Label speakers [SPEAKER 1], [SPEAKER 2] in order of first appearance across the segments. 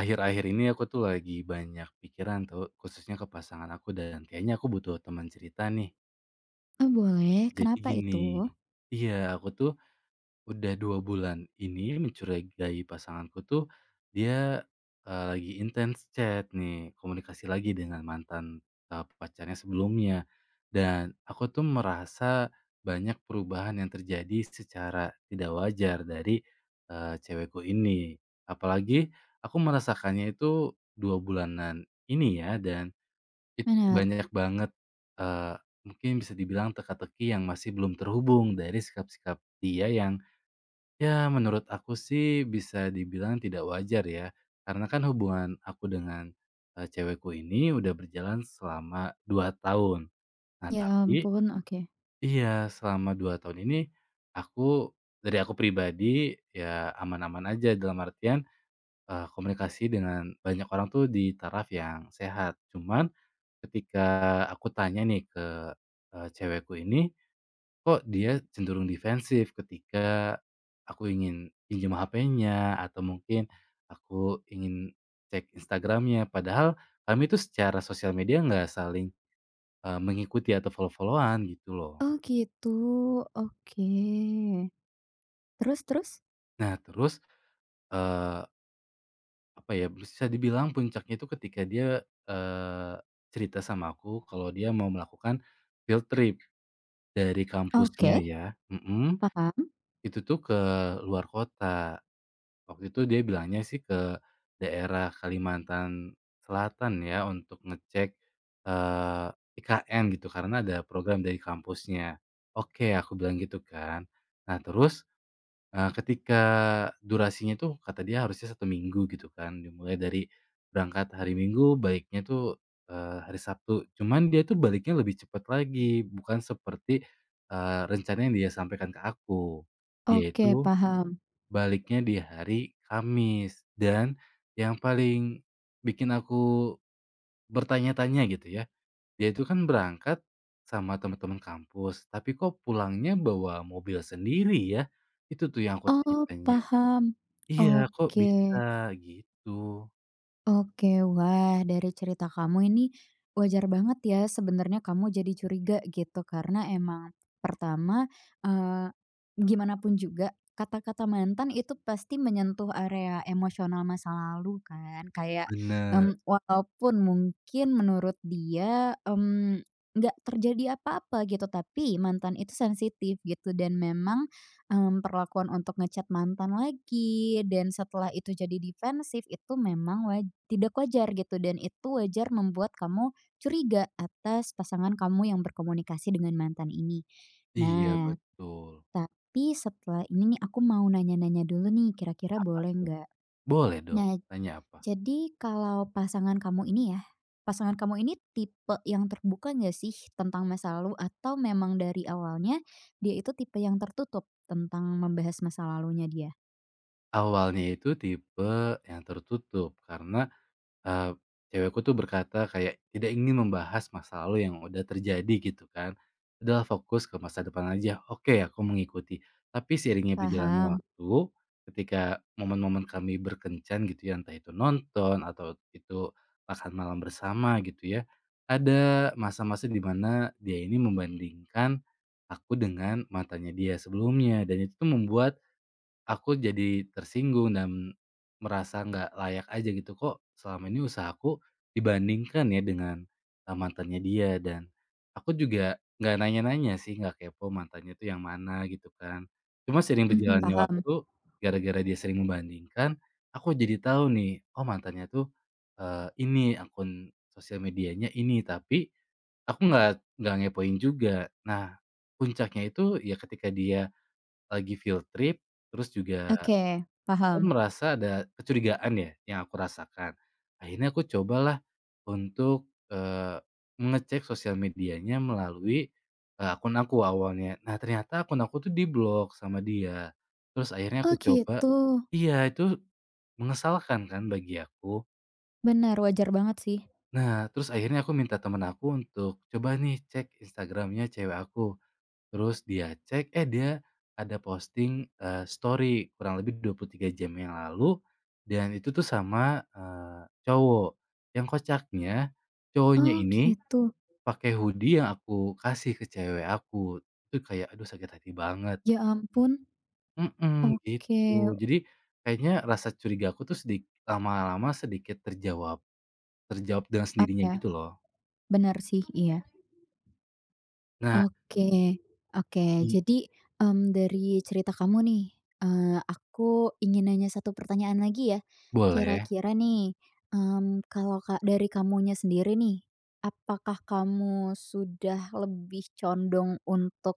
[SPEAKER 1] Akhir-akhir ini aku tuh lagi banyak pikiran tuh, khususnya ke pasangan aku dan kayaknya aku butuh teman cerita nih.
[SPEAKER 2] Oh boleh,
[SPEAKER 1] Jadi
[SPEAKER 2] kenapa
[SPEAKER 1] gini,
[SPEAKER 2] itu?
[SPEAKER 1] iya, aku tuh udah 2 bulan ini mencurigai pasanganku tuh, dia, lagi intens chat nih, komunikasi lagi dengan mantan, pacarnya sebelumnya. Dan aku tuh merasa banyak perubahan yang terjadi secara tidak wajar dari, cewekku ini. Apalagi aku merasakannya itu 2 bulanan ini ya, dan itu tuh
[SPEAKER 2] Benar.
[SPEAKER 1] banyak banget, eee, mungkin bisa dibilang teka-teki yang masih belum terhubung dari sikap-sikap dia yang. Ya, menurut aku sih bisa dibilang tidak wajar ya. Karena kan hubungan aku dengan, cewekku ini udah berjalan selama 2 tahun. Nah
[SPEAKER 2] Ya
[SPEAKER 1] tapi
[SPEAKER 2] ampun, oke.
[SPEAKER 1] iya, selama 2 tahun ini aku dari aku pribadi ya aman-aman aja dalam artian, komunikasi dengan banyak orang tuh di taraf yang sehat. Cuman ketika aku tanya nih ke, cewekku ini, kok dia cenderung defensif ketika aku ingin pinjam HP-nya atau mungkin aku ingin cek Instagramnya. Padahal kami itu secara sosial media nggak saling, mengikuti atau follow followan gitu loh.
[SPEAKER 2] Oh gitu, oke. Terus terus?
[SPEAKER 1] Nah terus, eee, apa ya, bisa dibilang puncaknya itu ketika dia, eee, cerita sama aku kalau dia mau melakukan field trip dari kampusnya,
[SPEAKER 2] Oke,
[SPEAKER 1] ya. Mhm.
[SPEAKER 2] paham.
[SPEAKER 1] Itu tuh ke luar kota. Waktu itu dia bilangnya sih ke daerah Kalimantan Selatan ya untuk ngecek, eee, IKN gitu karena ada program dari kampusnya. Oke, aku bilang gitu kan. Nah terus, ketika durasinya tuh kata dia harusnya 1 minggu gitu kan, dimulai dari berangkat hari Minggu. Baiknya tuh, hari Sabtu. Cuman dia tuh baliknya lebih cepat lagi bukan seperti, rencana yang dia sampaikan ke aku. Dia
[SPEAKER 2] Oke,
[SPEAKER 1] itu,
[SPEAKER 2] paham.
[SPEAKER 1] baliknya di hari Kamis, dan yang paling bikin aku bertanya-tanya gitu ya, dia itu kan berangkat sama teman-teman kampus, tapi kok pulangnya bawa mobil sendiri ya? Itu tuh yang aku
[SPEAKER 2] Oh
[SPEAKER 1] tanya-tanya.
[SPEAKER 2] paham,
[SPEAKER 1] Iya, kok
[SPEAKER 2] oke.
[SPEAKER 1] bisa gitu?
[SPEAKER 2] Oke, wah dari cerita kamu ini wajar banget ya sebenarnya kamu jadi curiga gitu karena emang pertama, eee, gimana pun juga kata-kata mantan itu pasti menyentuh area emosional masa lalu kan kayak,
[SPEAKER 1] Bener,
[SPEAKER 2] walaupun mungkin menurut dia, nggak terjadi apa-apa gitu tapi mantan itu sensitif gitu dan memang perlakuan untuk nge mantan lagi, dan setelah itu jadi defensif itu memang tidak wajar gitu dan itu wajar membuat kamu curiga atas pasangan kamu yang berkomunikasi dengan mantan ini.
[SPEAKER 1] iya
[SPEAKER 2] Nah,
[SPEAKER 1] betul.
[SPEAKER 2] tapi setelah ini nih aku mau nanya-nanya dulu nih kira-kira
[SPEAKER 1] Apa
[SPEAKER 2] boleh
[SPEAKER 1] tuh?
[SPEAKER 2] nggak?
[SPEAKER 1] Boleh dong,
[SPEAKER 2] Nah,
[SPEAKER 1] tanya apa?
[SPEAKER 2] jadi kalau pasangan kamu ini ya, pasangan kamu ini tipe yang terbuka nggak sih tentang masa lalu atau memang dari awalnya dia itu tipe yang tertutup tentang membahas masa lalunya dia?
[SPEAKER 1] Awalnya itu tipe yang tertutup karena Eee, cewekku tuh berkata kayak tidak ingin membahas masa lalu yang udah terjadi gitu kan, "Udahlah fokus ke masa depan aja." Oke, aku mengikuti. Tapi seiringnya berjalannya
[SPEAKER 2] Paham,
[SPEAKER 1] waktu, ketika momen-momen kami berkencan gitu ya, entah itu nonton atau itu makan malam bersama gitu ya, ada masa-masa di mana dia ini membandingkan aku dengan matanya dia sebelumnya, dan itu tuh membuat aku jadi tersinggung dan merasa nggak layak aja gitu, kok selama ini usahaku dibandingkan ya dengan, mantannya dia, dan aku juga nggak nanya-nanya sih, nggak kepo mantannya tuh yang mana gitu kan. Cuma sering
[SPEAKER 2] mhm,
[SPEAKER 1] berjalannya
[SPEAKER 2] paham,
[SPEAKER 1] waktu, gara-gara dia sering membandingkan, aku jadi tahu nih, oh mantannya tuh, ini akun sosial medianya ini, tapi aku nggak ngepoin juga. Nah, puncaknya itu ya ketika dia lagi field trip, terus juga
[SPEAKER 2] oke,
[SPEAKER 1] aku
[SPEAKER 2] paham.
[SPEAKER 1] merasa ada kecurigaan ya yang aku rasakan. Akhirnya aku cobalah untuk, mengecek sosial medianya melalui, akun aku awalnya. Nah ternyata akun aku tuh diblok sama dia. Terus akhirnya
[SPEAKER 2] Oh
[SPEAKER 1] aku coba.
[SPEAKER 2] gitu,
[SPEAKER 1] Iya, itu mengesalkan kan bagi aku.
[SPEAKER 2] benar, wajar banget sih.
[SPEAKER 1] Nah terus akhirnya aku minta temen aku untuk, "Coba nih cek Instagramnya cewek aku." Terus dia cek, eh, dia ada posting, story kurang lebih 23 jam yang lalu, dan itu tuh sama, cowok. Yang kocaknya, cowoknya
[SPEAKER 2] Oh
[SPEAKER 1] ini
[SPEAKER 2] gitu,
[SPEAKER 1] pakai hoodie yang aku kasih ke cewek aku. Itu kayak aduh sakit hati banget.
[SPEAKER 2] ya ampun,
[SPEAKER 1] Mhm,
[SPEAKER 2] oke,
[SPEAKER 1] gitu. Jadi kayaknya rasa curiga aku tuh lama-lama sedikit terjawab terjawab dengan
[SPEAKER 2] apa?
[SPEAKER 1] sendirinya
[SPEAKER 2] Ya,
[SPEAKER 1] gitu loh.
[SPEAKER 2] benar sih, iya.
[SPEAKER 1] Nah.
[SPEAKER 2] Oke, oke.
[SPEAKER 1] i
[SPEAKER 2] Jadi, dari cerita kamu nih, aku ingin nanya satu pertanyaan lagi ya.
[SPEAKER 1] Boleh.
[SPEAKER 2] Kira-kira nih, kalau ka dari kamunya sendiri nih, apakah kamu sudah lebih condong untuk,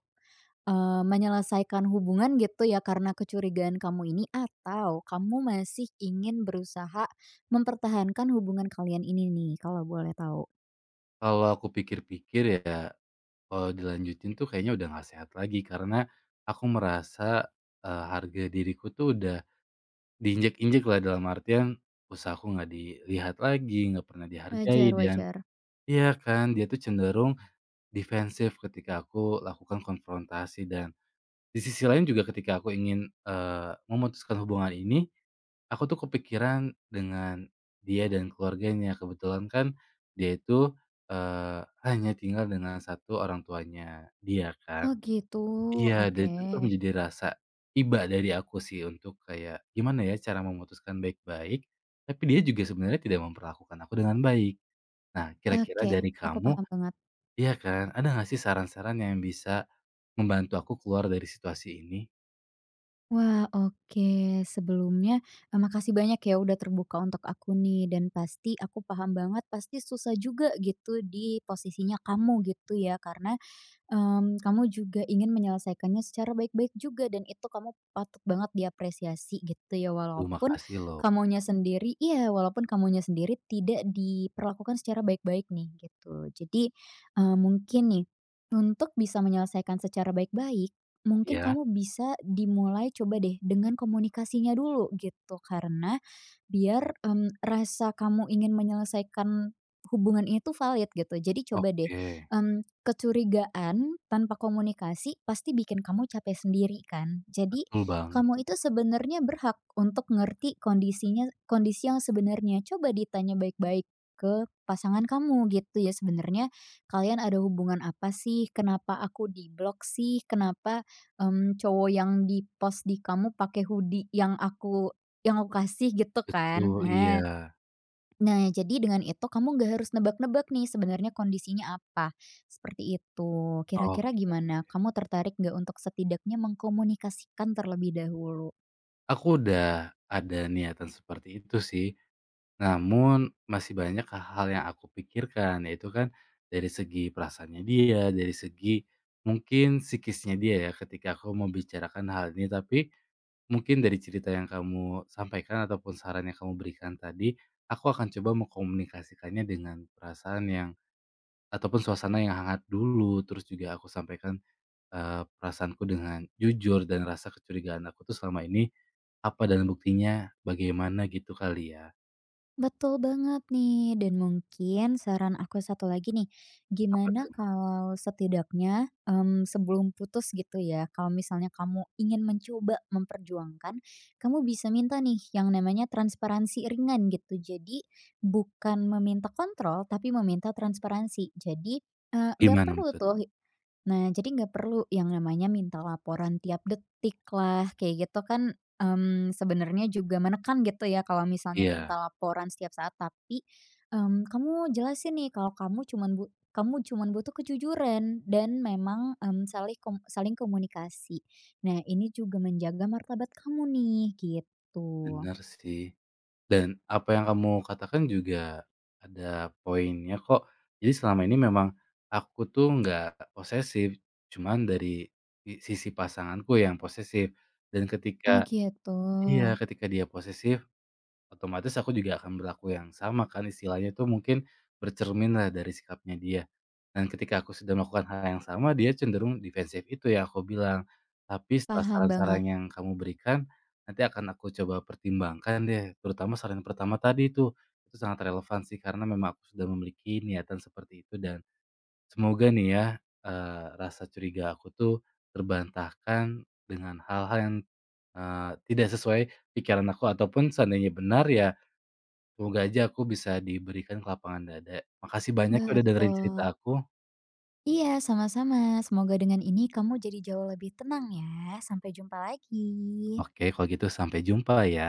[SPEAKER 2] menyelesaikan hubungan gitu ya karena kecurigaan kamu ini atau kamu masih ingin berusaha mempertahankan hubungan kalian ini nih, kalau boleh tahu?
[SPEAKER 1] Kalau aku pikir-pikir ya, kalau dilanjutin tuh kayaknya udah nggak sehat lagi karena aku merasa, harga diriku tuh udah diinjek-injek lah, dalam artian usahaku nggak dilihat lagi, nggak pernah
[SPEAKER 2] Wajar
[SPEAKER 1] dihargai, dan
[SPEAKER 2] wajar.
[SPEAKER 1] iya kan, dia tuh cenderung defensif ketika aku lakukan konfrontasi, dan di sisi lain juga ketika aku ingin, memutuskan hubungan ini, aku tuh kepikiran dengan dia dan keluarganya. Kebetulan kan dia itu, hanya tinggal dengan satu orang tuanya dia kan.
[SPEAKER 2] Oh gitu,
[SPEAKER 1] Iya, dan
[SPEAKER 2] oke.
[SPEAKER 1] itu tuh menjadi rasa iba dari aku sih untuk kayak, gimana ya cara memutuskan baik-baik, tapi dia juga sebenarnya tidak memperlakukan aku dengan baik. Nah, kira-kira
[SPEAKER 2] Oke,
[SPEAKER 1] dari
[SPEAKER 2] aku
[SPEAKER 1] kamu,
[SPEAKER 2] paham banget.
[SPEAKER 1] iya kan, ada nggak sih saran-saran yang bisa membantu aku keluar dari situasi ini?
[SPEAKER 2] Wah, oke. Sebelumnya, makasih banyak ya udah terbuka untuk aku nih, dan pasti aku paham banget, pasti susah juga gitu di posisinya kamu gitu ya, karena, kamu juga ingin menyelesaikannya secara baik-baik juga dan itu kamu patut banget diapresiasi gitu ya,
[SPEAKER 1] Duh,
[SPEAKER 2] walaupun
[SPEAKER 1] makasih loh.
[SPEAKER 2] kamunya sendiri iya, walaupun kamunya sendiri tidak diperlakukan secara baik-baik nih gitu. Jadi, mungkin nih, untuk bisa menyelesaikan secara baik-baik, mungkin
[SPEAKER 1] Iya?
[SPEAKER 2] kamu bisa dimulai coba deh dengan komunikasinya dulu gitu, karena biar, rasa kamu ingin menyelesaikan hubungan itu valid gitu. Jadi coba deh,
[SPEAKER 1] Oke,
[SPEAKER 2] mmm kecurigaan tanpa komunikasi pasti bikin kamu capek sendiri kan. Jadi
[SPEAKER 1] betul banget.
[SPEAKER 2] kamu itu sebenarnya berhak untuk ngerti kondisinya kondisi yang sebenarnya. Coba ditanya baik-baik ke pasangan kamu gitu ya sebenarnya kalian ada hubungan apa sih? Kenapa aku di blok sih? Kenapa, cowok yang di-post di kamu pakai hoodie yang aku kasih gitu kan.
[SPEAKER 1] Betul, iya.
[SPEAKER 2] Nah, Nah, jadi dengan itu kamu nggak harus nebak-nebak nih sebenarnya kondisinya apa, seperti itu. Kira-kira
[SPEAKER 1] Oke.
[SPEAKER 2] gimana? Kamu tertarik nggak untuk setidaknya mengkomunikasikan terlebih dahulu?
[SPEAKER 1] Aku udah ada niatan seperti itu sih. Namun masih banyak hal yang aku pikirkan, yaitu kan dari segi perasaannya dia, dari segi mungkin psikisnya dia ya ketika aku membicarakan hal ini. Tapi mungkin dari cerita yang kamu sampaikan ataupun saran yang kamu berikan tadi, aku akan coba mengkomunikasikannya dengan perasaan yang ataupun suasana yang hangat dulu. Terus juga aku sampaikan, perasaanku dengan jujur dan rasa kecurigaan aku tuh selama ini apa dan buktinya bagaimana gitu kali ya?
[SPEAKER 2] Betul banget nih, dan mungkin saran aku satu lagi nih,
[SPEAKER 1] Apa
[SPEAKER 2] gimana
[SPEAKER 1] tuh?
[SPEAKER 2] kalau setidaknya, sebelum putus gitu ya, kalau misalnya kamu ingin mencoba memperjuangkan, kamu bisa minta nih yang namanya transparansi ringan gitu. Jadi bukan meminta kontrol, tapi meminta transparansi. Jadi, nggak
[SPEAKER 1] Gimana
[SPEAKER 2] perlu
[SPEAKER 1] maksudnya?
[SPEAKER 2] tuh Nah, jadi nggak perlu yang namanya minta laporan tiap detik lah, kayak gitu kan, sebenarnya juga menekan gitu ya kalau misalnya
[SPEAKER 1] Iya,
[SPEAKER 2] minta laporan setiap saat, tapi, kamu jelasin nih kalau kamu cuman bu kamu cuman butuh kejujuran dan memang, salih kom saling komunikasi. Nah, ini juga menjaga martabat kamu nih, gitu.
[SPEAKER 1] benar sih. Dan apa yang kamu katakan juga ada poinnya kok. Jadi selama ini memang aku tuh nggak posesif, cuman dari sisi pasanganku yang posesif. Dan
[SPEAKER 2] Oh gitu,
[SPEAKER 1] iya, ketika dia posesif otomatis aku juga akan berlaku yang sama kan, istilahnya tuh mungkin bercermin lah dari sikapnya dia. Dan ketika aku sudah melakukan hal yang sama dia cenderung defensif itu yang aku bilang. Tapi setelah
[SPEAKER 2] paham banget,
[SPEAKER 1] saran-saran yang kamu berikan nanti akan aku coba pertimbangkan deh, terutama saran yang pertama tadi itu. Itu sangat relevan sih karena memang aku sudah memiliki niatan seperti itu dan semoga nih ya, rasa curiga aku tuh terbantahkan dengan hal-hal yang, tidak sesuai pikiran aku ataupun seandainya benar ya. Semoga aja aku bisa diberikan kelapangan dada. Makasih banyak ya udah dengerin cerita
[SPEAKER 2] betul.
[SPEAKER 1] aku.
[SPEAKER 2] Iya, sama-sama. Semoga dengan ini kamu jadi jauh lebih tenang ya. Sampai jumpa lagi.
[SPEAKER 1] Oke, kalau gitu sampai jumpa ya.